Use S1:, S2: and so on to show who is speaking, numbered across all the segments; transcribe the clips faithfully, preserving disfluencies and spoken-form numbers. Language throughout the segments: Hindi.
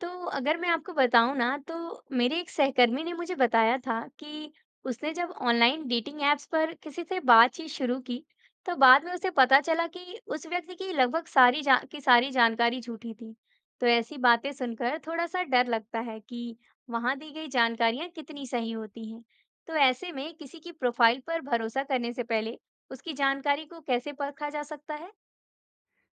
S1: तो अगर मैं आपको बताऊँ ना, तो मेरे एक सहकर्मी ने मुझे बताया था कि उसने जब ऑनलाइन डेटिंग ऐप्स पर किसी से बातचीत शुरू की, तो बाद में उसे पता चला कि उस व्यक्ति की लगभग सारी जा की सारी जानकारी झूठी थी। तो ऐसी बातें सुनकर थोड़ा-सा डर लगता है कि वहाँ दी गई जानकारियाँ कितनी सही होती हैं। तो ऐसे में किसी की प्रोफाइल पर भरोसा करने से पहले उसकी जानकारी को कैसे परखा जा सकता है?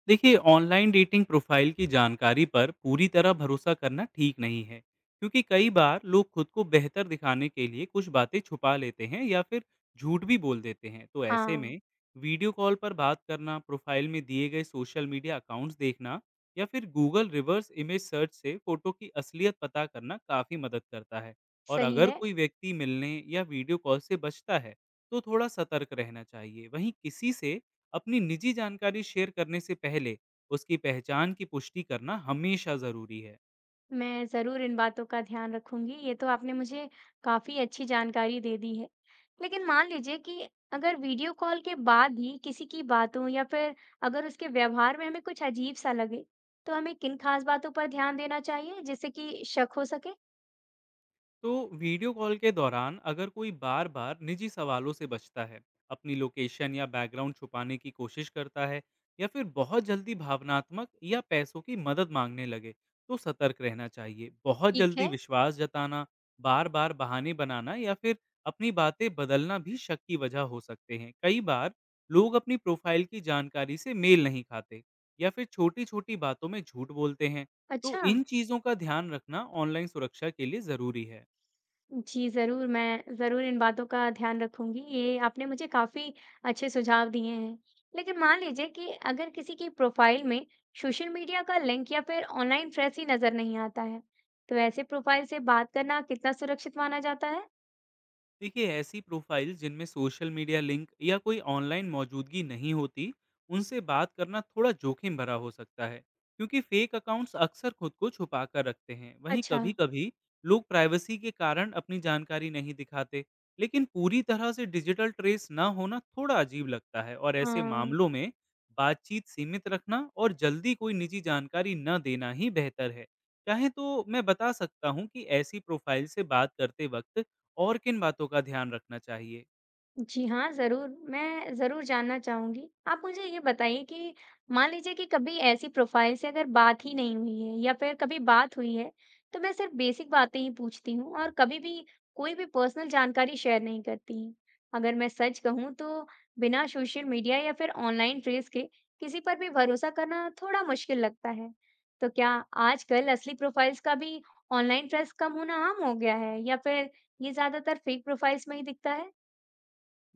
S2: देखिए ऑनलाइन डेटिंग प्रोफाइल की जानकारी पर पूरी तरह भरोसा करना ठीक नहीं है, क्योंकि कई बार लोग खुद को बेहतर दिखाने के लिए कुछ बातें छुपा लेते हैं या फिर झूठ भी बोल देते हैं। तो ऐसे
S1: हाँ।
S2: में वीडियो कॉल पर बात करना, प्रोफाइल में दिए गए सोशल मीडिया अकाउंट्स देखना या फिर गूगल रिवर्स इमेज सर्च से फोटो की असलियत पता करना काफ़ी मदद करता है। और
S1: सही
S2: अगर
S1: है।
S2: कोई व्यक्ति मिलने या वीडियो कॉल से बचता है, तो थोड़ा सतर्क रहना चाहिए। वहीं किसी से अपनी निजी जानकारी शेयर करने से पहले उसकी पहचान की पुष्टि करना हमेशा ज़रूरी है।
S1: मैं ज़रूर इन बातों का ध्यान रखूंगी। ये तो आपने मुझे काफ़ी अच्छी जानकारी दे दी है। लेकिन मान लीजिए कि अगर वीडियो कॉल के बाद भी किसी की बातों या फिर अगर उसके व्यवहार में हमें कुछ अजीब सा लगे, तो हमें किन खास बातों पर ध्यान देना चाहिए जिससे कि शक हो सके?
S2: तो वीडियो कॉल के दौरान अगर कोई बार बार निजी सवालों से बचता है, अपनी लोकेशन या बैकग्राउंड छुपाने की कोशिश करता है, या फिर बहुत जल्दी भावनात्मक या पैसों की मदद मांगने लगे, तो सतर्क रहना चाहिए। बहुत
S1: ठीक
S2: जल्दी
S1: है।
S2: विश्वास जताना, बार बार बहाने बनाना या फिर अपनी बातें बदलना भी शक की वजह हो सकते हैं। कई बार लोग अपनी प्रोफाइल की जानकारी से मेल नहीं खाते या फिर छोटी छोटी बातों में झूठ बोलते हैं। तो
S1: अच्छा।
S2: इन चीज़ों का ध्यान रखना ऑनलाइन सुरक्षा के लिए ज़रूरी है।
S1: जी, ज़रूर, मैं ज़रूर इन बातों का ध्यान रखूँगी। ये आपने मुझे काफ़ी अच्छे सुझाव दिए हैं। लेकिन मान लीजिए कि अगर किसी की प्रोफ़ाइल में सोशल मीडिया का लिंक या फिर ऑनलाइन ट्रेस ही नज़र नहीं आता है, तो ऐसे प्रोफ़ाइल से बात करना कितना सुरक्षित माना जाता है?
S2: देखिए ऐसी प्रोफाइल जिनमें सोशल मीडिया लिंक या कोई ऑनलाइन मौजूदगी नहीं होती, उनसे बात करना थोड़ा जोखिम भरा हो सकता है, क्योंकि फेक अकाउंट्स अक्सर खुद को छुपा कर रखते हैं। वहीं
S1: अच्छा,
S2: कभी कभी लोग प्राइवेसी के कारण अपनी जानकारी नहीं दिखाते, लेकिन पूरी तरह से डिजिटल ट्रेस ना होना थोड़ा अजीब लगता है। और ऐसे
S1: हाँ।
S2: मामलों में बातचीत सीमित रखना और जल्दी कोई निजी जानकारी न देना ही बेहतर है। चाहे तो मैं बता सकता हूँ कि ऐसी प्रोफाइल से बात करते वक्त और किन बातों का ध्यान रखना चाहिए?
S1: जी हाँ, ज़रूर। मैं ज़रूर जानना चाहूँगी। आप मुझे ये बताइए कि मान लीजिए कि कभी ऐसी प्रोफ़ाइल से अगर बात ही नहीं हुई है या फिर कभी बात हुई है, तो मैं सिर्फ़ बेसिक बातें ही पूछती हूँ और कभी भी कोई भी पर्सनल जानकारी शेयर नहीं करती। हूँ। अगर मैं सच कहूँ तो बिना सोशल मीडिया या फिर ऑनलाइन ट्रेस के किसी पर भी भरोसा करना थोड़ा मुश्किल लगता है। तो क्या आजकल असली प्रोफ़ाइल्स का भी ऑनलाइन ट्रस्ट कम होना आम हो गया है या फिर ये ज़्यादातर फ़ेक प्रोफ़ाइल्स में ही दिखता है?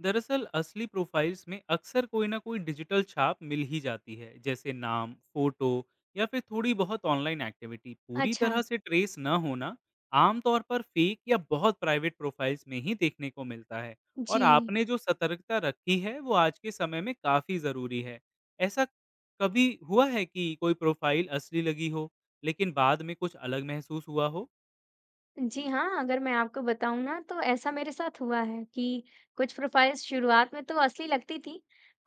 S2: दरअसल असली प्रोफाइल्स में अक्सर कोई ना कोई डिजिटल छाप मिल ही जाती है, जैसे नाम, फोटो या फिर थोड़ी बहुत ऑनलाइन एक्टिविटी। पूरी
S1: अच्छा।
S2: तरह से ट्रेस ना होना आमतौर पर फेक या बहुत प्राइवेट प्रोफाइल्स में ही देखने को मिलता है। और
S1: जी।
S2: आपने जो सतर्कता रखी है, वो आज के समय में काफ़ी ज़रूरी है। ऐसा कभी हुआ है कि कोई प्रोफाइल असली लगी हो, लेकिन बाद में कुछ अलग महसूस हुआ हो?
S1: जी हाँ, अगर मैं आपको बताऊँ ना तो ऐसा मेरे साथ हुआ है कि कुछ प्रोफाइल्स शुरुआत में तो असली लगती थी।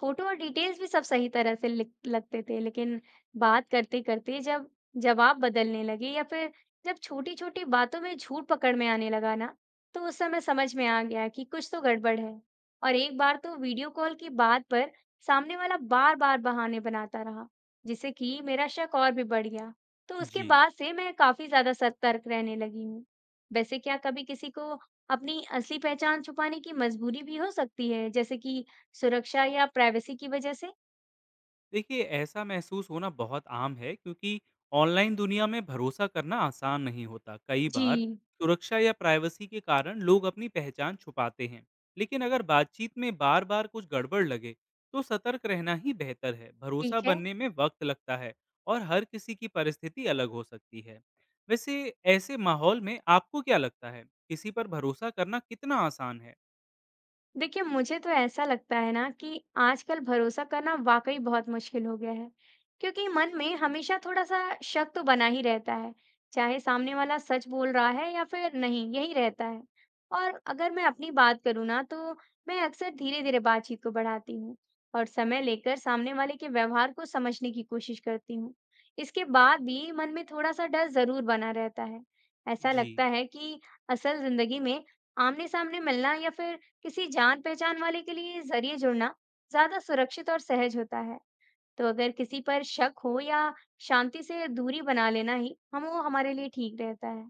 S1: फ़ोटो और डिटेल्स भी सब सही तरह से लिख लगते थे, लेकिन बात करते-करते जब जवाब बदलने लगे या फिर जब छोटी-छोटी बातों में झूठ पकड़ में आने लगा ना, तो उस समय समझ में आ गया कि कुछ तो गड़बड़ है। और एक बार तो वीडियो कॉल की बात पर सामने वाला बार-बार बहाने बनाता रहा, जिससे कि मेरा शक और भी बढ़ गया। तो उसके
S2: जी,
S1: बाद से मैं काफ़ी ज़्यादा सतर्क रहने लगी हूँ। वैसे क्या कभी किसी को अपनी असली पहचान छुपाने की मजबूरी भी हो सकती है, जैसे कि सुरक्षा या प्राइवेसी की वजह से?
S2: देखिए ऐसा महसूस होना बहुत आम है, क्योंकि ऑनलाइन दुनिया में भरोसा करना आसान नहीं होता। कई
S1: जी,
S2: बार सुरक्षा या प्राइवेसी के कारण लोग अपनी पहचान छुपाते हैं, लेकिन अगर बातचीत में बार बार कुछ गड़बड़ लगे, तो सतर्क रहना ही बेहतर है। भरोसा
S1: ठीक है।
S2: बनने में वक्त लगता है और हर किसी की परिस्थिति अलग हो सकती है। वैसे ऐसे माहौल में आपको क्या लगता है, किसी पर भरोसा करना कितना आसान है?
S1: देखिए, मुझे तो ऐसा लगता है ना कि आजकल भरोसा करना वाकई बहुत मुश्किल हो गया है, क्योंकि मन में हमेशा थोड़ा सा शक तो बना ही रहता है, चाहे सामने वाला सच बोल रहा है या फिर नहीं, यही रहता है। और अगर मैं अपनी बात करूँ ना, तो मैं अक्सर धीरे धीरे बातचीत को बढ़ाती हूँ और समय लेकर सामने वाले के व्यवहार को समझने की कोशिश करती हूँ। इसके बाद भी मन में थोड़ा सा डर जरूर बना रहता है। ऐसा
S2: जी,
S1: लगता है कि असल जिंदगी में आमने सामने मिलना या फिर किसी जान पहचान वाले के लिए जरिए जुड़ना ज्यादा सुरक्षित और सहज होता है। तो अगर किसी पर शक हो या शांति से दूरी बना लेना ही हम वो हमारे लिए ठीक रहता है।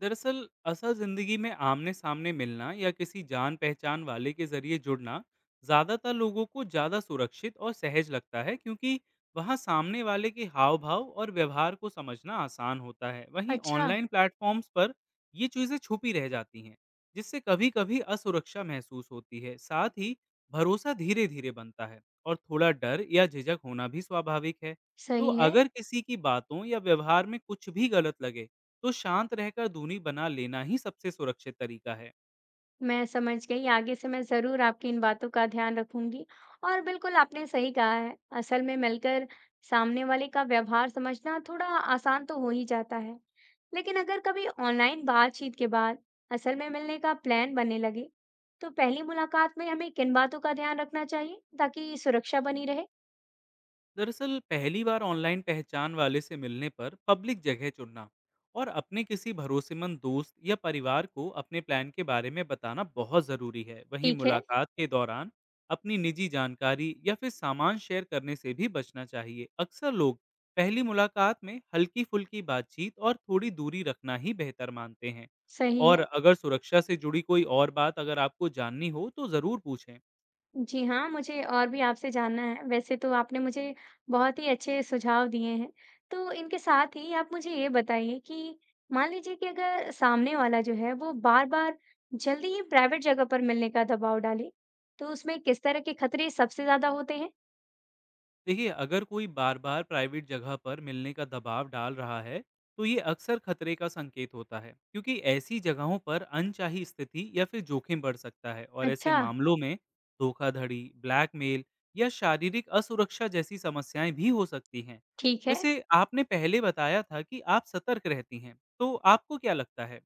S2: दरअसल असल जिंदगी में आमने सामने मिलना या किसी जान पहचान वाले के जरिए जुड़ना ज्यादातर लोगों को ज्यादा सुरक्षित और सहज लगता है, क्योंकि वहां सामने वाले के हाव भाव और व्यवहार को समझना आसान होता है। वहीं
S1: अच्छा।
S2: ऑनलाइन प्लेटफॉर्म्स पर ये चीजें छुपी रह जाती हैं, जिससे कभी कभी असुरक्षा महसूस होती है। साथ ही भरोसा धीरे धीरे बनता है और थोड़ा डर या झिझक होना भी स्वाभाविक है। तो
S1: सही है।
S2: अगर किसी की बातों या व्यवहार में कुछ भी गलत लगे, तो शांत रहकर दूरी बना लेना ही सबसे सुरक्षित तरीका है।
S1: मैं समझ गई, आगे से मैं जरूर आपकी इन बातों का ध्यान रखूंगी। और बिल्कुल, आपने सही कहा है, असल में मिलकर सामने वाले का व्यवहार समझना थोड़ा आसान तो हो ही जाता है। लेकिन अगर कभी ऑनलाइन बातचीत के बाद असल में मिलने का प्लान बनने लगे, तो पहली मुलाकात में हमें किन बातों का ध्यान रखना चाहिए ताकि सुरक्षा बनी रहे?
S2: दरअसल पहली बार ऑनलाइन पहचान वाले से मिलने पर पब्लिक जगह चुनना और अपने किसी भरोसेमंद दोस्त या परिवार को अपने प्लान के बारे में बताना बहुत ज़रूरी है। वहीं
S1: ठीक है।
S2: मुलाकात के दौरान अपनी निजी जानकारी या फिर सामान शेयर करने से भी बचना चाहिए। अक्सर लोग पहली मुलाकात में हल्की फुल्की बातचीत और थोड़ी दूरी रखना ही बेहतर मानते हैं।
S1: सही
S2: और
S1: है।
S2: अगर सुरक्षा से जुड़ी कोई और बात अगर आपको जाननी हो, तो ज़रूर पूछें।
S1: जी हाँ, मुझे और भी आपसे जानना है। वैसे तो आपने मुझे बहुत ही अच्छे सुझाव दिए हैं। तो इनके साथ ही आप मुझे ये बताइए कि मान लीजिए कि अगर सामने वाला जो है वो बार-बार जल्दी ही प्राइवेट जगह पर मिलने का दबाव डाले, तो उसमें किस तरह के खतरे सबसे ज़्यादा होते हैं?
S2: देखिए अगर कोई बार बार प्राइवेट जगह पर मिलने का दबाव डाल रहा है, तो ये अक्सर खतरे का संकेत होता है, क्योंकि ऐसी जगहों पर अनचाही स्थिति या फिर जोखिम बढ़ सकता है। और ऐसे
S1: अच्छा।
S2: मामलों में धोखाधड़ी, ब्लैकमेल या शारीरिक असुरक्षा जैसी समस्याएं भी हो सकती हैं।
S1: ठीक है।
S2: वैसे आपने पहले बताया था कि आप सतर्क रहती हैं, तो आपको क्या लगता है,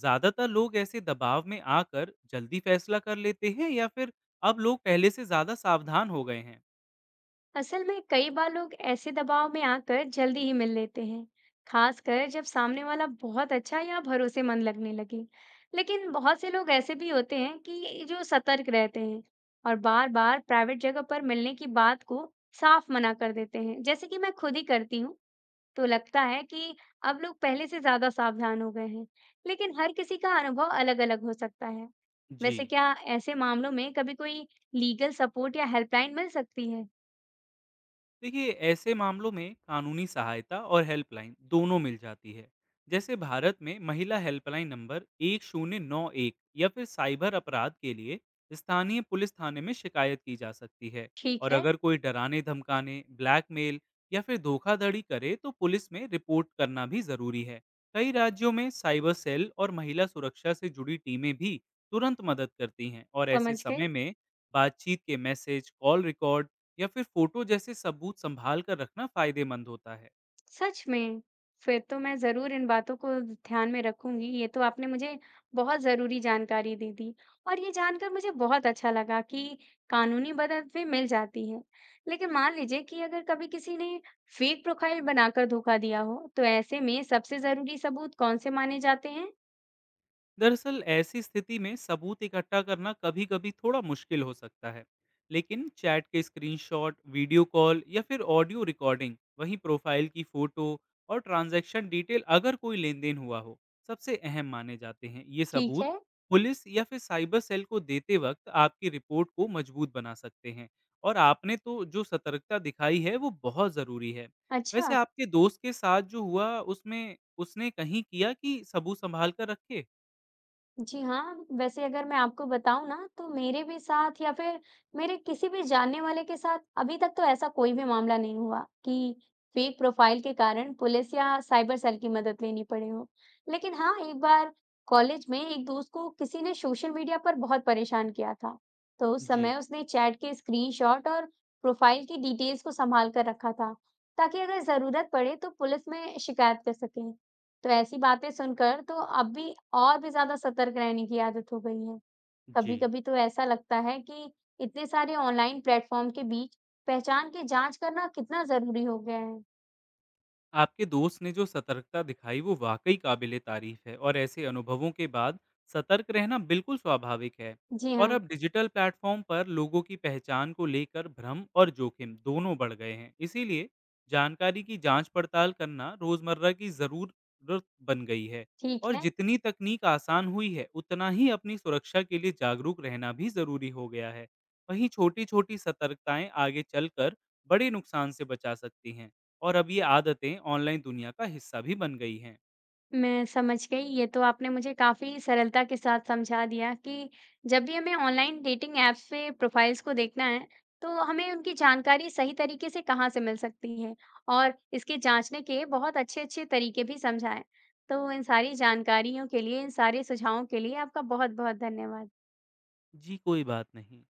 S2: ज्यादातर लोग ऐसे दबाव में आकर जल्दी फैसला कर लेते हैं या फिर अब लोग पहले से ज्यादा सावधान हो गए हैं?
S1: असल में कई बार लोग ऐसे दबाव में आकर जल्दी ही मिल लेते हैं, खासकर जब सामने वाला बहुत अच्छा या भरोसेमंद लगने लगे। लेकिन बहुत से लोग ऐसे भी होते हैं कि जो सतर्क रहते हैं और बार-बार प्राइवेट जगह पर मिलने की बात को साफ मना कर देते हैं, जैसे कि मैं खुद ही करती हूँ। तो लगता है कि अब लोग पहले से ज्यादा सावधान हो गए हैं, लेकिन हर किसी का अनुभव अलग-अलग हो सकता है।
S2: जी,
S1: वैसे क्या ऐसे मामलों में कभी कोई लीगल सपोर्ट या हेल्पलाइन मिल सकती है?
S2: देखिए ऐसे मामलों में कानूनी सहायता और हेल्पलाइन दोनों मिल जाती है। जैसे भारत में महिला हेल्पलाइन नंबर एक शून्य नौ एक या फिर साइबर अपराध के लिए स्थानीय पुलिस थाने में शिकायत की जा सकती है।
S1: ठीक
S2: और
S1: है।
S2: अगर कोई डराने, धमकाने, ब्लैकमेल या फिर धोखाधड़ी करे, तो पुलिस में रिपोर्ट करना भी जरूरी है। कई राज्यों में साइबर सेल और महिला सुरक्षा से जुड़ी टीमें भी तुरंत मदद करती हैं। और ऐसे
S1: समझ गई।
S2: समय में बातचीत के मैसेज, कॉल रिकॉर्ड या फिर फोटो जैसे सबूत संभाल कर रखना फायदेमंद होता है।
S1: सच में? फिर तो मैं ज़रूर इन बातों को ध्यान में रखूँगी। ये तो आपने मुझे बहुत ज़रूरी जानकारी दे दी और ये जानकर मुझे बहुत अच्छा लगा कि कानूनी मदद भी मिल जाती है। लेकिन मान लीजिए कि अगर कभी किसी ने फेक प्रोफ़ाइल बनाकर धोखा दिया हो, तो ऐसे में सबसे ज़रूरी सबूत कौन से माने जाते हैं?
S2: दरअसल ऐसी स्थिति में सबूत इकट्ठा करना कभी-कभी थोड़ा मुश्किल हो सकता है, लेकिन चैट के स्क्रीनशॉट, वीडियो कॉल या फिर ऑडियो रिकॉर्डिंग, वहीं प्रोफाइल की फोटो और ट्रांजैक्शन डिटेल अगर कोई लेन-देन हुआ हो, सबसे अहम माने जाते हैं। ये
S1: ठीक
S2: सबूत
S1: है।
S2: पुलिस या फिर साइबर सेल को देते वक्त आपकी रिपोर्ट को मजबूत बना सकते हैं। और आपने तो जो सतर्कता दिखाई है, वो बहुत ज़रूरी है।
S1: अच्छा।
S2: वैसे आपके दोस्त के साथ जो हुआ, उसमें उसने कहीं किया कि सबूत संभाल कर रखे?
S1: जी हाँ, वैसे अगर मैं आपको बताऊँ ना तो मेरे भी साथ या फिर मेरे किसी भी जानने वाले के साथ अभी तक तो ऐसा कोई भी मामला नहीं हुआ कि फेक प्रोफाइल के कारण पुलिस या साइबर सेल की मदद लेनी पड़ी हो। लेकिन हाँ, एक बार कॉलेज में एक दोस्त को किसी ने सोशल मीडिया पर बहुत परेशान किया था। तो उस
S2: जी,
S1: समय उसने चैट के स्क्रीनशॉट और प्रोफाइल की डिटेल्स को संभाल कर रखा था, ताकि अगर जरूरत पड़े तो पुलिस में शिकायत कर सके। तो ऐसी बातें सुनकर तो अब भी और भी ज़्यादा सतर्क रहने की आदत हो गई है।
S2: जी।
S1: कभी-कभी तो ऐसा लगता है कि इतने सारे ऑनलाइन प्लेटफ़ॉर्म के बीच पहचान की जाँच करना कितना ज़रूरी हो गया है।
S2: आपके दोस्त ने जो सतर्कता दिखाई, वो वाक़ई काबिल-ए-तारीफ़ है और ऐसे अनुभवों के बाद सतर्क रहना बिल्कुल स्वाभाविक है।
S1: जी
S2: और
S1: हाँ,
S2: अब डिजिटल प्लेटफ़ॉर्म पर लोगों की पहचान को लेकर भ्रम और जोखिम दोनों बढ़ गए हैं। इसीलिए जानकारी की जाँच-पड़ताल करना रोज़मर्रा की ज़रूरत बन गई है।
S1: ठीक
S2: और
S1: है।
S2: जितनी तकनीक आसान हुई है, उतना ही अपनी सुरक्षा के लिए जागरूक रहना भी ज़रूरी हो गया है। वहीं छोटी-छोटी सतर्कताएँ आगे चलकर बड़े नुकसान से बचा सकती हैं। और अब ये आदतें ऑनलाइन दुनिया का हिस्सा भी बन गई हैं।
S1: मैं समझ गई। ये तो आपने मुझे काफ़ी सरलता के साथ समझा दिया कि जब भी हमें ऑनलाइन डेटिंग ऐप्स पे प्रोफाइल्स को देखना है, तो हमें उनकी जानकारी सही तरीके से कहाँ से मिल सकती है और इसके जाँचने के बहुत अच्छे-अच्छे तरीके भी समझाएँ। तो इन सारी जानकारियों के लिए, इन सारे सुझावों के लिए आपका बहुत-बहुत धन्यवाद।
S2: जी, कोई बात नहीं।